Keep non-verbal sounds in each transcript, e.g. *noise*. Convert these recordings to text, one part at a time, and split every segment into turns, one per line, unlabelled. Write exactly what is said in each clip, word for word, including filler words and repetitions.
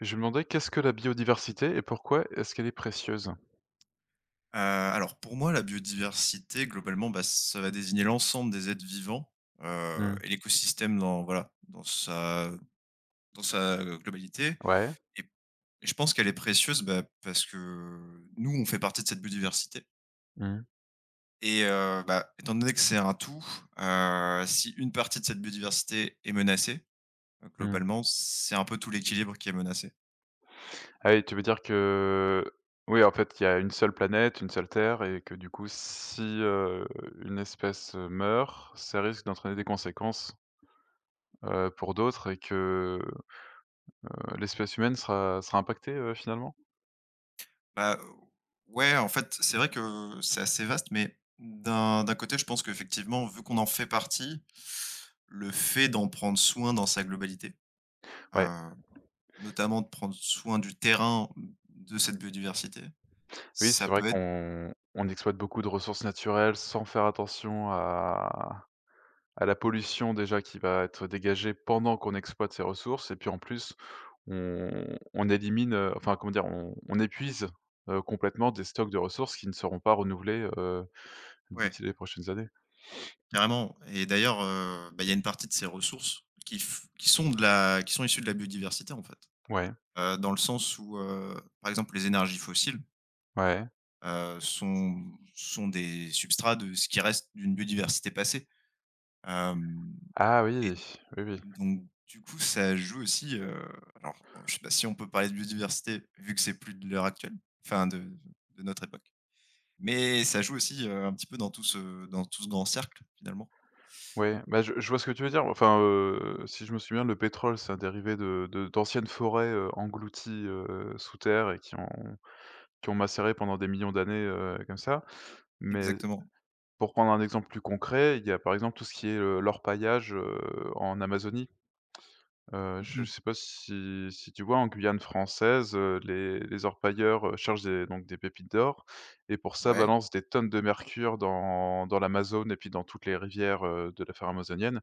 Je me demandais qu'est-ce que la biodiversité et pourquoi est-ce qu'elle est précieuse?
Heu, alors pour moi, la biodiversité globalement, bah, ça va désigner l'ensemble des êtres vivants, heu
Mmh.
et l'écosystème dans voilà, dans sa dans sa globalité
Ouais.
et et je pense qu'elle est précieuse, bah, parce que nous, on fait partie de cette biodiversité
Mmh.
et heu, bah, étant donné que c'est un tout, heu, si une partie de cette biodiversité est menacée. Heu,
Mmh.
globalement, c'est un peu tout l'équilibre qui est menacé.
Ah oui, tu veux dire que oui, en fait, il y a une seule planète, une seule Terre et que du coup, si, heu, une espèce, heu, meurt, ça risque d'entraîner des conséquences, heu, pour d'autres et que, heu, l'espèce humaine sera sera impactée, heu, finalement?
Bah, ouais, en fait, c'est vrai que c'est assez vaste, mais d'un d'un côté, je pense qu'effectivement, vu qu'on en fait partie, le fait d'en prendre soin dans sa globalité, heu,
Ouais.
notamment de prendre soin du terrain, de cette biodiversité,
Oui,
ça
c'est vrai
peut être
qu'on on exploite beaucoup de ressources naturelles sans faire attention à à la pollution déjà qui va être dégagée pendant qu'on exploite ces ressources et puis en plus on on élimine, heu, enfin comment dire? On on épuise, heu, complètement des stocks de ressources qui ne seront pas renouvelés, heu,
ouais.
d'ici les prochaines années.
Carrément, et d'ailleurs, heu, bah, il y a une partie de ces ressources qui f qui sont de la qui sont issues de la biodiversité, en fait.
Ouais,
Heu, dans le sens où, heu, par exemple, les énergies fossiles,
ouais.
heu, sont sont des substrats de ce qui reste d'une biodiversité passée. Hem
Ah
et
oui, oui, oui.
donc du coup, ça joue aussi, heu, alors, je sais pas si on peut parler de biodiversité vu que c'est plus de l'heure actuelle, enfin de de notre époque, mais ça joue aussi, heu, un petit peu dans tout ce dans tout ce grand cercle, finalement.
Ouais, bah, je je vois ce que tu veux dire. Enfin, heu, si je me souviens, le pétrole, c'est un dérivé de de d'anciennes forêts, heu, englouties, heu, sous terre et qui ont qui ont macéré pendant des millions d'années, heu, comme ça. Mais
Exactement.
pour prendre un exemple plus concret, il y a par exemple tout ce qui est, heu, l'orpaillage, heu, en Amazonie. Heu,
*laughs*
je
Mmh.
ne sais pas si si tu vois en Guyane française, heu, les les orpailleurs, heu, cherchent des donc des pépites d'or et pour ça
Ouais.
balancent des tonnes de mercure dans dans l'Amazone et puis dans toutes les rivières, heu, de la forêt amazonienne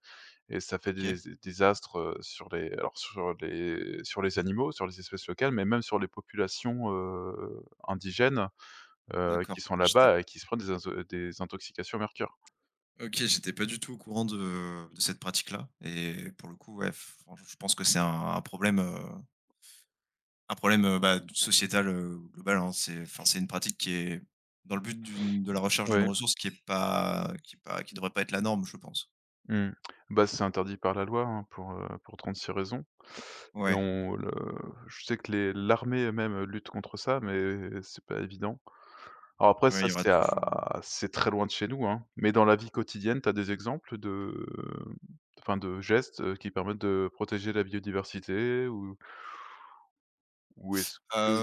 et ça fait des
OK.
des désastres, heu, sur les alors sur les sur les animaux, sur les espèces locales, mais même sur les populations, heu, indigènes, heu,
D'accord,
qui sont
j'étais
là-bas et qui se prennent des inso des intoxications au mercure.
OK, j'étais pas du tout au courant de de cette pratique-là, et pour le coup, ouais, enfin, je pense que c'est un un problème, heu, un problème, heu, bah, sociétal, heu, global, hein. C'est Enfin, c'est une pratique qui est dans le but d'une de la recherche d'une
Ouais.
ressource qui est pas qui est pas qui devrait pas être la norme, je pense.
Mmh. Bah, c'est interdit par la loi, hein, pour, heu, pour trente-six raisons et
Ouais,
on le je sais que les l'armée même lutte contre ça, mais c'est pas évident. Alors après
ouais, il
ça,
y aura
c'est
toujours, mmh,
à c'est très loin de chez nous, hein, mais dans la vie quotidienne, tu as des exemples de enfin, de gestes, heu, qui permettent de protéger la biodiversité ou ou est-ce que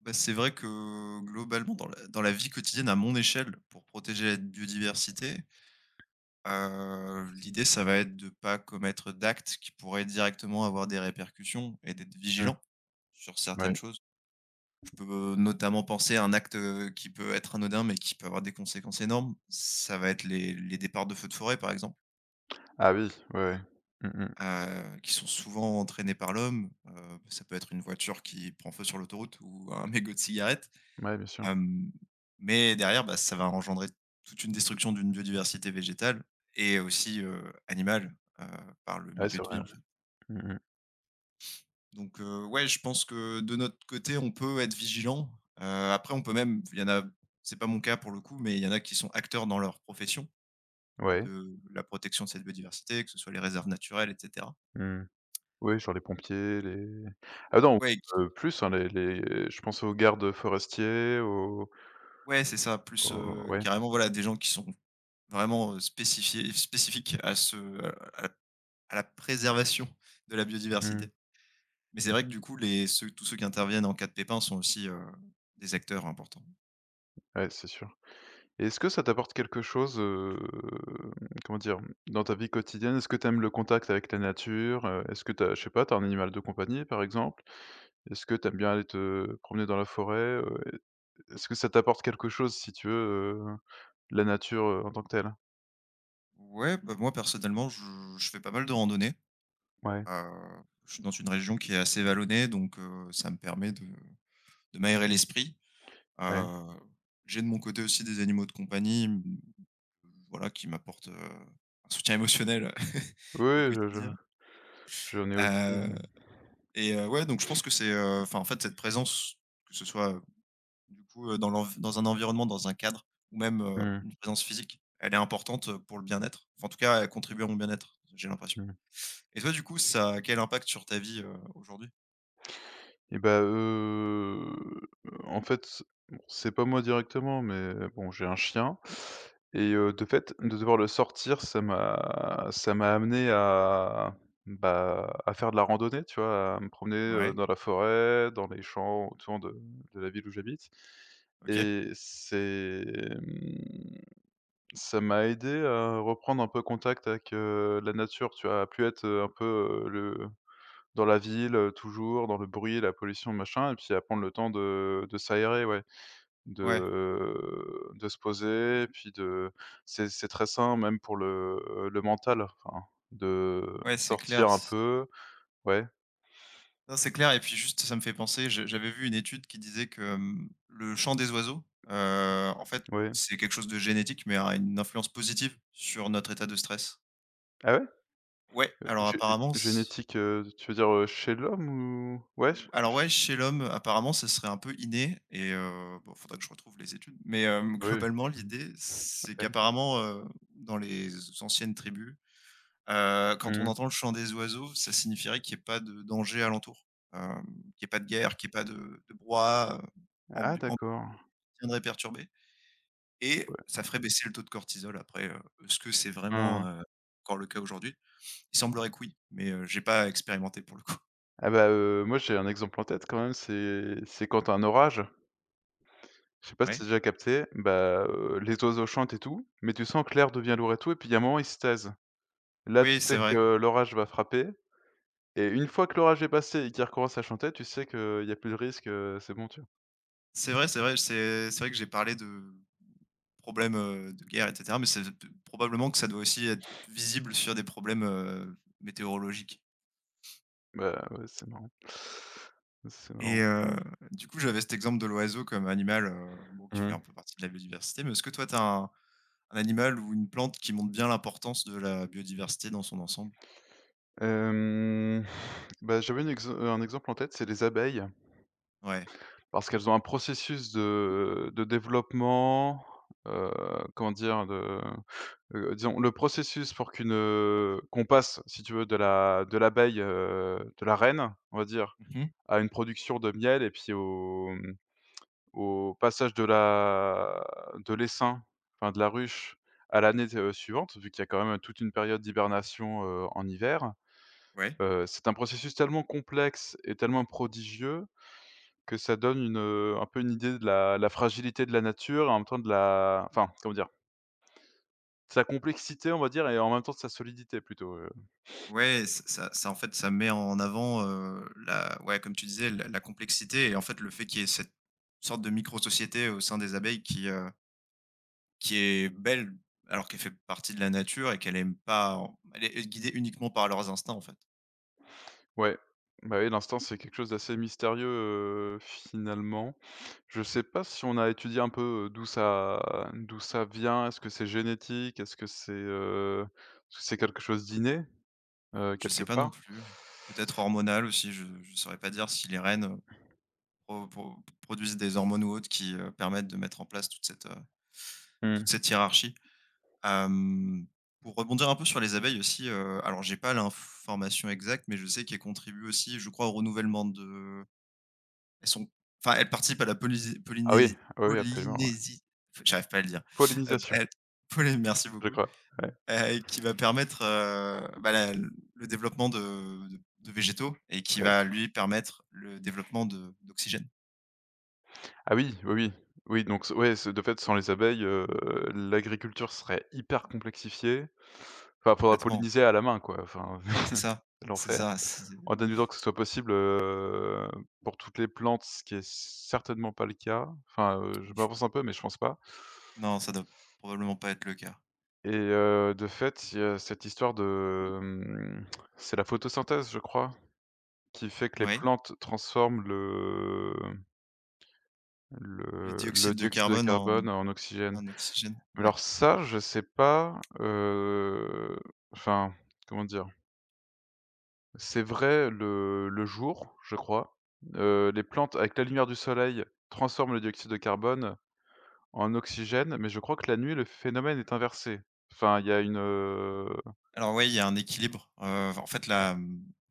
bah, c'est vrai que globalement dans la dans la vie quotidienne à mon échelle, pour protéger la biodiversité, Heu, l'idée, ça va être de pas commettre d'actes qui pourraient directement avoir des répercussions et d'être
mmh,
vigilant sur certaines
ouais.
choses. Je peux notamment penser à un acte, heu, qui peut être anodin, mais qui peut avoir des conséquences énormes. Ça va être les les départs de feux de forêt, par exemple,
Ah oui, ouais, ouais. Mmh mmh.
heu, qui sont souvent entraînés par l'homme. Heu, ça peut être une voiture qui prend feu sur l'autoroute ou un mégot de cigarette.
Ouais, bien sûr.
Hem, mais derrière, bah, ça va engendrer toute une destruction d'une biodiversité végétale et aussi, heu, animale, heu, par le
Ouais,
milieu
c'est
de
vrai,
vie,
ouais.
en fait.
Mmh mmh.
Donc, heu, ouais, je pense que de notre côté, on peut être vigilant. Heu, après, on peut même il y en a, c'est pas mon cas pour le coup, mais il y en a qui sont acteurs dans leur profession
Ouais.
de la protection de cette biodiversité, que ce soit les réserves naturelles et cetera.
Mmh. Oui, genre les pompiers, les ah non,
Ouais, qui
heu, plus, hein, les les je pense aux gardes forestiers, aux
ouais, c'est ça, plus,
aux
heu,
ouais,
carrément, voilà, des gens qui sont vraiment, heu, spécifiés spécifiques à ce à à la préservation de la biodiversité.
mmh,
Mais c'est vrai que du coup, les ceux tous ceux qui interviennent en cas de pépin sont aussi, heu, des acteurs importants.
ouais, c'est sûr. Et est-ce que ça t'apporte quelque chose, heu, comment dire? Dans ta vie quotidienne, est-ce que tu aimes le contact avec la nature? Heu, est-ce que t'as je sais pas, t'as un animal de compagnie, par exemple? Est-ce que t'aimes bien aller te promener dans la forêt? Heu, est ce que ça t'apporte quelque chose, si tu veux, heu, la nature, heu, en tant que telle?
Ouais, bah, moi personnellement, je je fais pas mal de randonnées.
Ouais,
Heu, je suis dans une région qui est assez vallonnée, donc heu, ça me permet de de m'aérer l'esprit.
ouais.
Heu, j'ai de mon côté aussi des animaux de compagnie. Voilà, qui m'apporte, heu, un soutien émotionnel
Oui,
*laughs* au
oui, je je
quotidien.
j'en ai aussi,
Heu
mmh.
et heu, ouais, donc je pense que c'est, heu, enfin, en fait, cette présence, que ce soit, heu, du coup, heu, dans l'env dans un environnement, dans un cadre, ou même, heu,
Mmh.
une présence physique, elle est importante, heu, pour le bien-être. Enfin, en tout cas, elle contribue à mon bien-être, j'ai l'impression. Et toi, du coup, ça a quel impact sur ta vie, heu, aujourd'hui?
Et bah, heu, en fait, bon, c'est pas moi directement, mais bon, j'ai un chien et heu, de fait, de devoir le sortir, ça m'a ça m'a amené à, bah, à faire de la randonnée, tu vois? À me promener, heu,
Ouais,
dans la forêt, dans les champs autour de de la ville où j'habite
OK.
et c'est, mmh, ça m'a aidé à reprendre un peu contact avec, heu, la nature, tu vois? À plus être, heu, un peu, heu, le dans la ville, heu, toujours, dans le bruit, la pollution, machin et puis à prendre le temps de de s'aérer, ouais, de
Ouais,
de se poser et puis de c'est c'est très sain même pour le le mental, enfin, de
ouais, c'est clair.
sortir un peu. Ouais,
Non, c'est clair, et puis juste, ça me fait penser, je j'avais vu une étude qui disait que, hem, le chant des oiseaux, heu, en fait,
ouais.
c'est quelque chose de génétique, mais a une influence positive sur notre état de stress.
Ah ouais?
Ouais,
Heu,
alors
gé
apparemment c
génétique, heu, tu veux dire, heu, chez l'homme ou? Ouais,
ou
ch
alors, ouais, chez l'homme, apparemment, ce serait un peu inné, et heu, bon, faudrait que je retrouve les études, mais hem, *laughs*
oui,
globalement, l'idée, c'est
ouais.
qu'apparemment, heu, dans les anciennes tribus, Heu, quand on
Mmh.
entend le chant des oiseaux, ça signifierait qu'il n'y ait pas de danger alentour, hem, qu'il n'y ait pas de guerre, qu'il n'y ait pas de de brouhaha, heu,
Ah
ambu ambiance
d'accord.
viendrait perturber, et ça ferait baisser le taux de cortisol. Après, heu, est-ce que c'est
Hein,
vraiment,
hein.
heu, encore le cas aujourd'hui? Il semblerait que oui, mais, heu, j'ai pas expérimenté pour le coup. *laughs*
Ah bah, heu, moi j'ai un exemple en tête quand même, c'est c'est quand tu un orage. Je sais pas si tu
Ouais.
as déjà capté, bah, heu, les oiseaux chantent et tout, mais tu sens que l'air devient lourd et tout, et puis il y a un moment, ils se taisent. Là, tu
Oui, c'est
sais
vrai.
que l'orage va frapper et une fois que l'orage est passé et qu'ils recommencent à chanter, tu sais qu'il y a plus de risque, heu, c'est bon, tu vois?
C'est vrai, c'est vrai, c'est c'est vrai que j'ai parlé de problèmes, heu, de guerre et cetera, mais c'est probablement que ça doit aussi être visible sur des problèmes, heu, météorologiques.
Bah, ouais, c'est marrant. C'est
Et
marrant.
heu, du coup, j'avais cet exemple de l'oiseau comme animal, heu, bon, qui fait un
Mmh.
peu partie de la biodiversité, mais est-ce que toi, tu as un un animal ou une plante qui montre bien l'importance de la biodiversité dans son ensemble?
Hem, bah, j'avais une ex un exemple en tête, c'est les abeilles,
Ouais.
parce qu'elles ont un processus de de développement, heu, comment dire? De heu, disons le processus pour qu'une, heu, qu'on passe si tu veux de la de l'abeille, heu, de la reine, on va dire,
Mmh.
à une production de miel et puis au, mmh, au passage de la de l'essaim, enfin de la ruche à l'année d suivante, vu qu'il y a quand même toute une période d'hibernation, heu, en hiver.
Ouais.
Heu, c'est un processus tellement complexe et tellement prodigieux que ça donne une, heu, un peu une idée de la la fragilité de la nature et en même temps de la enfin, comment dire? De sa complexité on va dire et en même temps de sa solidité plutôt, euh,
Ouais, ç ça ça, en fait, ça met en avant, heu, la ouais, comme tu disais, la la complexité, et en fait, le fait qu'il y ait cette sorte de micro-société au sein des abeilles qui, heu, qui est belle, alors qu'elle fait partie de la nature, et qu'elle aime pas elle est guidée uniquement par leurs instincts, en fait.
ouais, bah, oui, l'instinct, c'est quelque chose d'assez mystérieux, heu, finalement. Je sais pas si on a étudié un peu, heu, d'où ça d'où ça vient. Est-ce que c'est génétique? Est-ce que c'est, heu, est-ce que c'est quelque chose d'inné, heu,
Je sais
quelque
pas non
part?
plus. Peut-être hormonal aussi, je ne saurais pas dire si les rennes, heu, pro pro produisent des hormones ou autres qui, heu, permettent de mettre en place toute cette, heu, toute
Mmh.
cette hiérarchie. Hem, pour rebondir un peu sur les abeilles aussi, heu, alors j'ai pas l'information exacte, mais je sais qu'elles contribuent aussi, je crois, au renouvellement de elles sont enfin, elles participent à la polisi
Ah oui,
poliné
oui, oui, absolument, ouais.
j'arrive pas à le dire. Heu,
Pollinisation,
elles polli Merci
je
beaucoup.
crois. Ouais,
Heu, qui va permettre, heu, bah, la le développement de de de végétaux, et qui
ouais.
va, lui, permettre le développement de d'oxygène,
Ah oui, oui, oui. Oui, donc s ouais, c'est de fait, sans les abeilles, heu, l'agriculture serait hyper complexifiée. Enfin, faudrait
complètement.
polliniser à la main, quoi, enfin,
C'est ça,
*laughs*
c'est
l'enfer.
ça, c'est
En admettant que ce soit possible, heu, pour toutes les plantes, ce qui est certainement pas le cas. Enfin, heu, je m'avance un peu, mais je pense pas
non, ça doit probablement pas être le cas.
et heu, de fait, il y a cette histoire de, hem, c'est la photosynthèse, je crois, qui fait que les
Oui,
plantes transforment le
le
le le
dioxyde de
dioxyde de
carbone en
carbone en oxygène.
en oxygène,
Mais
ouais.
alors ça, je sais pas, heu, enfin, comment dire? C'est vrai le le jour, je crois. Heu, les plantes, avec la lumière du soleil, transforment le dioxyde de carbone en oxygène, mais je crois que la nuit, le phénomène est inversé. Enfin, il y a une, heu
Alors oui, il y a un équilibre. Heu, en fait, là,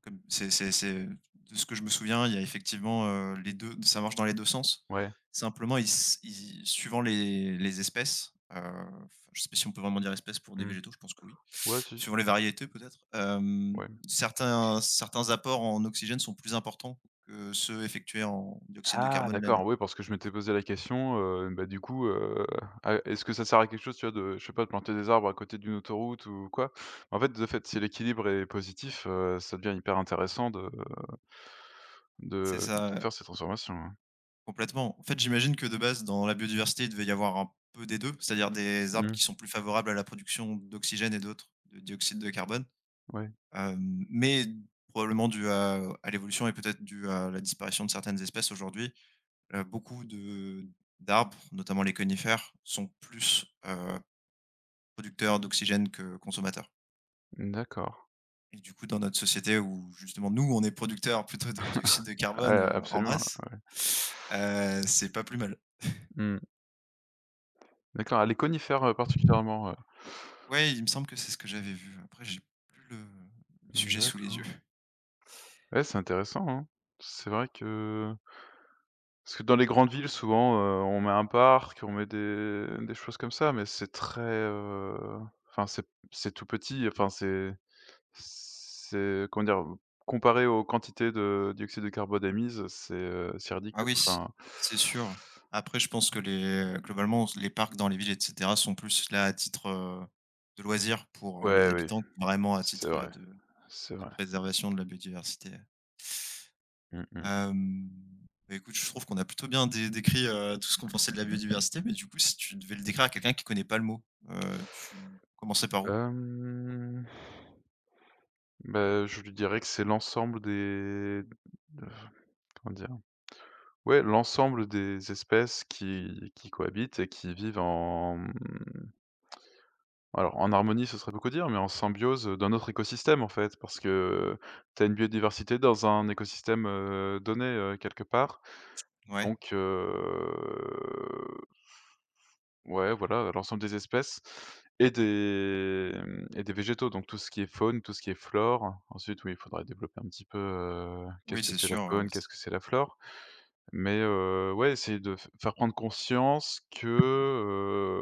comme c'est c'est c'est de ce que je me souviens, il y a effectivement, heu, les deux. Ça marche dans les deux sens.
ouais,
Simplement, ils s ils suivant les les espèces, heu, enfin, je sais pas si on peut vraiment dire espèces pour des
mmh,
végétaux, je pense que oui.
ouais, si, si,
Suivant les variétés peut-être, hem,
ouais.
certains certains apports en oxygène sont plus importants que ceux effectués en dioxyde de
Ah
carbone là.
d'accord, oui, parce que je m'étais posé la question, heu, bah, du coup, heu, ah, est-ce que ça sert à quelque chose, tu vois, de je sais pas, de planter des arbres à côté d'une autoroute ou quoi? En fait, de fait, si l'équilibre est positif, heu, ça devient hyper intéressant de
C'est
de de
ça.
faire ces transformations, ouais.
Complètement. En fait, j'imagine que de base, dans la biodiversité, il devait y avoir un peu des deux, c'est-à-dire des arbres
Mmh,
qui sont plus favorables à la production d'oxygène, et d'autres, de dioxyde de carbone.
ouais,
Hem, mais probablement dû à à l'évolution, et peut-être dû à la disparition de certaines espèces aujourd'hui, heu, beaucoup de d'arbres, notamment les conifères, sont plus, heu, producteurs d'oxygène que consommateurs.
d'accord.
Et du coup, dans notre société où justement nous, on est producteurs plutôt de dioxyde de
Ouais,
carbone, heu, en
absolument,
masse,
ouais.
heu, c'est pas plus mal.
Mmh. D'accord, ah les conifères, heu, particulièrement, ouais.
Ouais, il me semble que c'est ce que j'avais vu. Après, j'ai plus le le sujet sous les yeux.
D'accord.
*laughs*
Ouais, c'est intéressant, hein. C'est vrai que parce que dans les grandes villes, souvent, heu, on met un parc, on met des des choses comme ça, mais c'est très, heu, enfin, c'est c'est tout petit, enfin, c'est c'est comment dire? Comparé aux quantités de dioxyde de carbone émises, c'est, heu, c'est
Ah
ridicule,
oui, c
enfin
c'est sûr. Après, je pense que les globalement, les parcs dans les villes, et cetera, sont plus là à titre, heu, de loisirs pour, heu, les
ouais, oui,
habitants, que vraiment à
c'est
titre, heu,
vrai,
de
c'est
de
vrai.
préservation de la biodiversité.
Mmh mh.
Hem, Bah, écoute, je trouve qu'on a plutôt bien dé décrit, heu, tout ce qu'on pensait de la biodiversité, mais du coup, si tu devais le décrire à quelqu'un qui connaît pas le mot, heu, tu commençais par où?
Hem Bah, je lui dirais que c'est l'ensemble des comment dire? Ouais, l'ensemble des espèces qui qui cohabitent et qui vivent en, mmh, alors en harmonie, ce serait beaucoup dire, mais en symbiose, heu, d'un autre écosystème en fait. Parce que tu as une biodiversité dans un écosystème, heu, donné, heu, quelque part.
Ouais.
Donc heu, ouais, voilà, l'ensemble des espèces et des, mmh et des végétaux, donc tout ce qui est faune, tout ce qui est flore. Ensuite, oui, il faudrait développer un petit peu, heu,
Oui,
qu'est-ce que
c'est
c'est la
sûr, heu,
faune,
c
qu'est-ce que c'est la flore? Mais, heu, ouais, essayer de f faire prendre conscience que,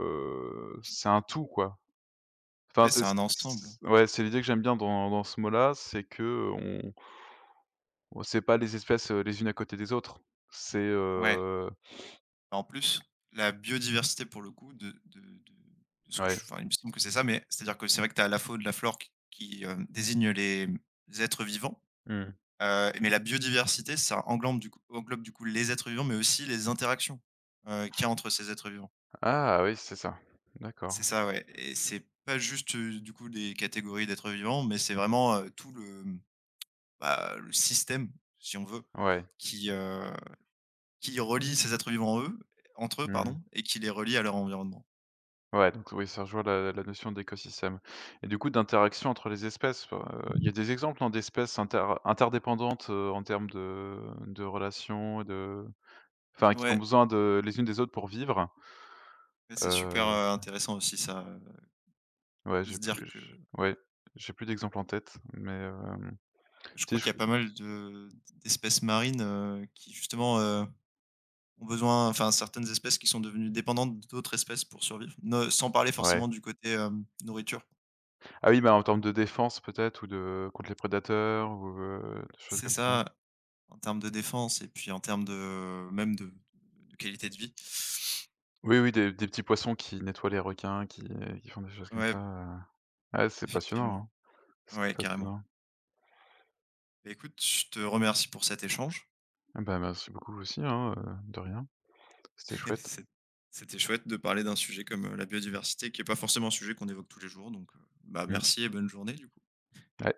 heu, c'est un tout, quoi. Enfin,
ouais,
c'est
c'est
c
un
c
ensemble.
ouais, c'est l'idée que j'aime bien dans dans ce mot-là, c'est que on on- c'est pas les espèces, heu, les unes à côté des autres. C'est,
Ouais.
heu
Bah, en plus, la biodiversité pour le coup de de de de ce que je
ouais,
enfin, il me semble que c'est ça, mais c'est-à-dire que c'est vrai que tu as la faune, la flore qui qui, hem, désigne les, mmh, les êtres vivants,
mmh.
heu, mais la biodiversité, ça englambe du coup englobe du coup les êtres vivants, mais aussi les interactions, heu, qu'il y a entre ces êtres vivants.
Ah oui, c'est ça. D'accord.
C'est ça, ouais, et c'est pas juste, heu, du coup des catégories d'êtres vivants, mais c'est vraiment, heu, tout le, mmh, bah, le système, si on veut,
Ouais.
qui, heu, qui relie ces êtres vivants en eux entre eux,
Mmh.
pardon, et qui les relie à leur environnement.
Ouais, donc oui, ça rejoint la la notion d'écosystème et du coup d'interaction entre les espèces, heu, il y a des exemples, non, d'espèces inter interdépendantes, heu, en termes de de relations, de enfin qui ont
Ouais.
besoin de les unes des autres pour vivre?
Ouais, c'est super,
Heu,
heu, intéressant aussi ça, heu,
ouais,
de
j'ai
se dire
plus
que
j ouais, j'ai plus d'exemples en tête, mais hem,
je
si
crois
je
qu'il y a pas mal de d'espèces marines, heu, qui justement, heu, ont besoin, enfin, certaines espèces qui sont devenues dépendantes d'autres espèces pour survivre, ne sans parler
ouais.
forcément du côté, hem, nourriture.
Ah oui, bah, en termes de défense peut-être ou de contre les prédateurs ou heu, des choses
C'est
comme ça.
ça, en termes de défense, et puis en termes de même de de qualité de vie.
Oui, oui, des des petits poissons qui nettoient les requins, qui euh, qui font des choses comme
Ouais,
ça, heu. Ouais, c'est passionnant,
effectivement.
hein, c'est
Ouais, carrément.
passionnant.
Bah, écoute, je te remercie pour cet échange.
Ah bah, merci beaucoup aussi, hein, heu, de rien. C'était
*laughs*
chouette.
C'est c'était chouette de parler d'un sujet comme, heu, la biodiversité, qui est pas forcément un sujet qu'on évoque tous les jours, donc, heu, bah,
Mmh.
merci et bonne journée du coup.
Ouais.